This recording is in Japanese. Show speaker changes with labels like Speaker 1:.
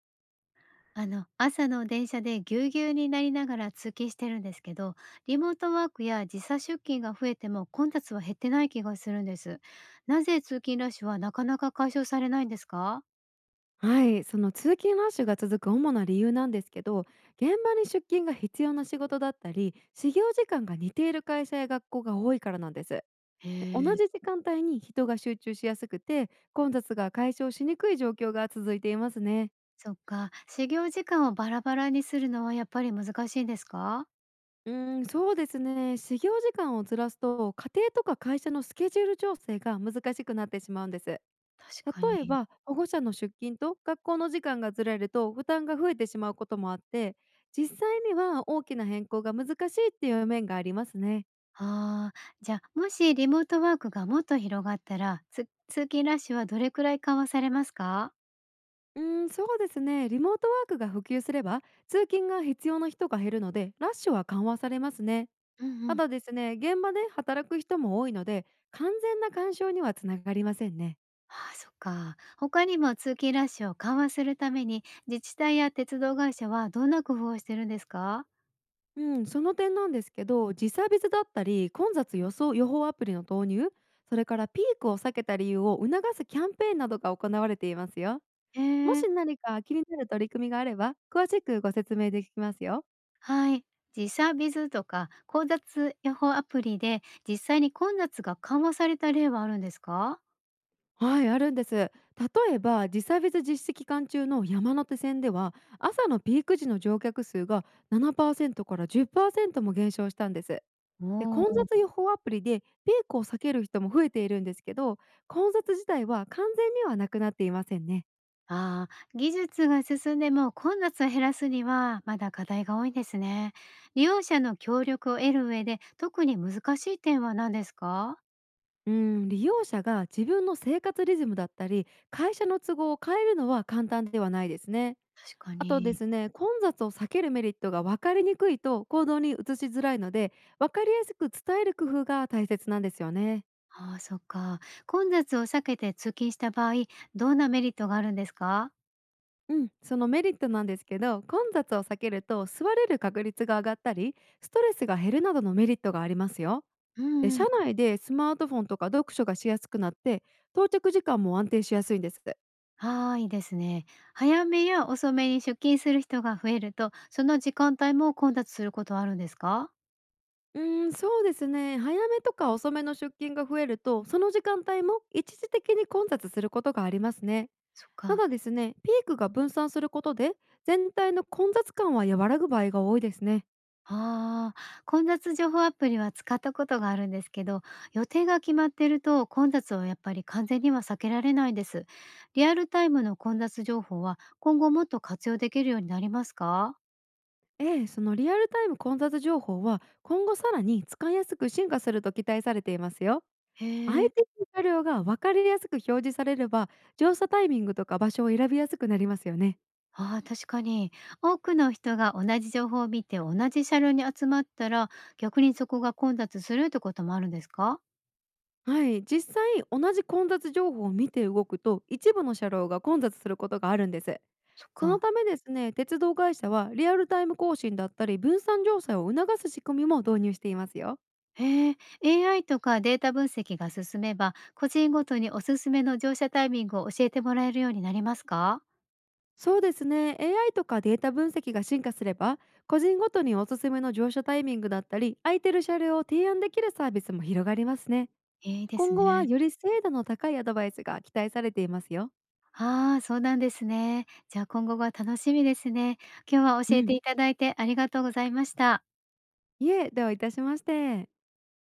Speaker 1: 朝の電車でぎゅうぎゅうになりながら通勤してるんですけど、リモートワークや時差出勤が増えても混雑は減ってない気がするんです。なぜ通勤ラッシュはなかなか解消されないんですか？
Speaker 2: はい、その通勤ラッシュが続く主な理由なんですけど、現場に出勤が必要な仕事だったり、始業時間が似ている会社や学校が多いからなんです。で、
Speaker 1: へ
Speaker 2: 同
Speaker 1: え、
Speaker 2: じ時間帯に人が集中しやすくて、混雑が解消しにくい状況が続いていますね。
Speaker 1: そっか、始業時間をバラバラにするのはやっぱり難しいんですか？
Speaker 2: そうですね、始業時間をずらすと家庭とか会社のスケジュール調整が難しくなってしまうんです。例
Speaker 1: 確か
Speaker 2: え
Speaker 1: に。
Speaker 2: ば、保護者の出勤と学校の時間がずれると負担が増えてしまうこともあって、実際には大きな変更が難しいっていう面がありますね。
Speaker 1: ああー、じゃあもしリモートワークがもっと広がったら、通勤ラッシュはどれくらい緩和されますか？
Speaker 2: そうですね、リモートワークが普及すれば通勤が必要な人が減るので、ラッシュは緩和されますね。
Speaker 1: うん
Speaker 2: た
Speaker 1: うん。
Speaker 2: だですね、現場で働く人も多いので、完全な干渉にはつながりませんね。
Speaker 1: ああ、そっか。他にも通勤ラッシュを緩和するために、自治体や鉄道会社はどんな工夫をしてるんですか？
Speaker 2: うん、その点なんですけど、時差別だったり混雑予想予報アプリの導入、それからピークを避けた理由を促すキャンペーンなどが行われていますよ。
Speaker 1: へ
Speaker 2: も
Speaker 1: え、
Speaker 2: し何か気になる取り組みがあれば、詳しくご説明できますよ。
Speaker 1: はい。時差ビズとか混雑予報アプリで実際に混雑が緩和された例はあるんですか？
Speaker 2: はい、あるんです。例えば時差別実施期間中の山手線では、朝のピーク時の乗客数が7%から10%も減少したんです。
Speaker 1: お
Speaker 2: で、
Speaker 1: お
Speaker 2: 混
Speaker 1: ー。
Speaker 2: 雑予報アプリでピークを避ける人も増えているんですけど、混雑自体は完全にはなくなっていませんね。
Speaker 1: ああ、技術が進んでも混雑を減らすにはまだ課題が多いんですね。利用者の協力を得る上で特に難しい点は何ですか？
Speaker 2: うん、利用者が自分の生活リズムだったり、会社の都合を変えるのは簡単ではないですね。
Speaker 1: 確か
Speaker 2: あとで
Speaker 1: に。
Speaker 2: すね、混雑を避けるメリットが分かりにくいと行動に移しづらいので、分かりやすく伝える工夫が大切なんですよね。
Speaker 1: ああ、そっか。混雑を避けて通勤した場合、どんなメリットがあるんですか？
Speaker 2: うん、そのメリットなんですけど、混雑を避けると座れる確率が上がったり、ストレスが減るなどのメリットがありますよ。
Speaker 1: う
Speaker 2: で、
Speaker 1: んう
Speaker 2: 車
Speaker 1: ん。
Speaker 2: 内でスマートフォンとか読書がしやすくなって、到着時間も安定しやすいんです。
Speaker 1: ああ、いいですね。早めや遅めに出勤する人が増えると、その時間帯も混雑することはあるんですか？
Speaker 2: そうですね、早めとか遅めの出勤が増えると、その時間帯も一時的に混雑することがありますね。
Speaker 1: そっ
Speaker 2: た
Speaker 1: か。
Speaker 2: だですね、ピークが分散することで全体の混雑感は和らぐ場合が多いですね。
Speaker 1: ああ、混雑情報アプリは使ったことがあるんですけど、予定が決まってると混雑をやっぱり完全には避けられないんです。リアルタイムの混雑情報は今後もっと活用できるようになりますか？
Speaker 2: ええ、そのリアルタイム混雑情報は今後さらに使いやすく進化すると期待されていますよ。相
Speaker 1: へえ。
Speaker 2: 手の車両が分かりやすく表示されれば、乗車タイミングとか場所を選びやすくなりますよね。
Speaker 1: ああ、確かに。多くの人が同じ情報を見て同じ車両に集まったら、逆にそこが混雑するってこともあるんですか？
Speaker 2: はい、実際同じ混雑情報を見て動くと、一部の車両が混雑することがあるんです。
Speaker 1: そっ
Speaker 2: その
Speaker 1: か。
Speaker 2: ためですね、鉄道会社はリアルタイム更新だったり分散乗車を促す仕組みも導入していますよ。
Speaker 1: へえ、AI とかデータ分析が進めば、個人ごとにおすすめの乗車タイミングを教えてもらえるようになりますか？
Speaker 2: そうですね、AI とかデータ分析が進化すれば、個人ごとにおすすめの乗車タイミングだったり、空いてる車両を提案できるサービスも広がりますね。
Speaker 1: いいです
Speaker 2: 今後は
Speaker 1: ね。
Speaker 2: より精度の高いアドバイスが期待されていますよ。
Speaker 1: ああ、そうなんですね。じゃあ今後が楽しみですね。今日は
Speaker 2: う
Speaker 1: 教え
Speaker 2: ん。
Speaker 1: ていただいてありがとうございました。
Speaker 2: いえ、どういたしまして。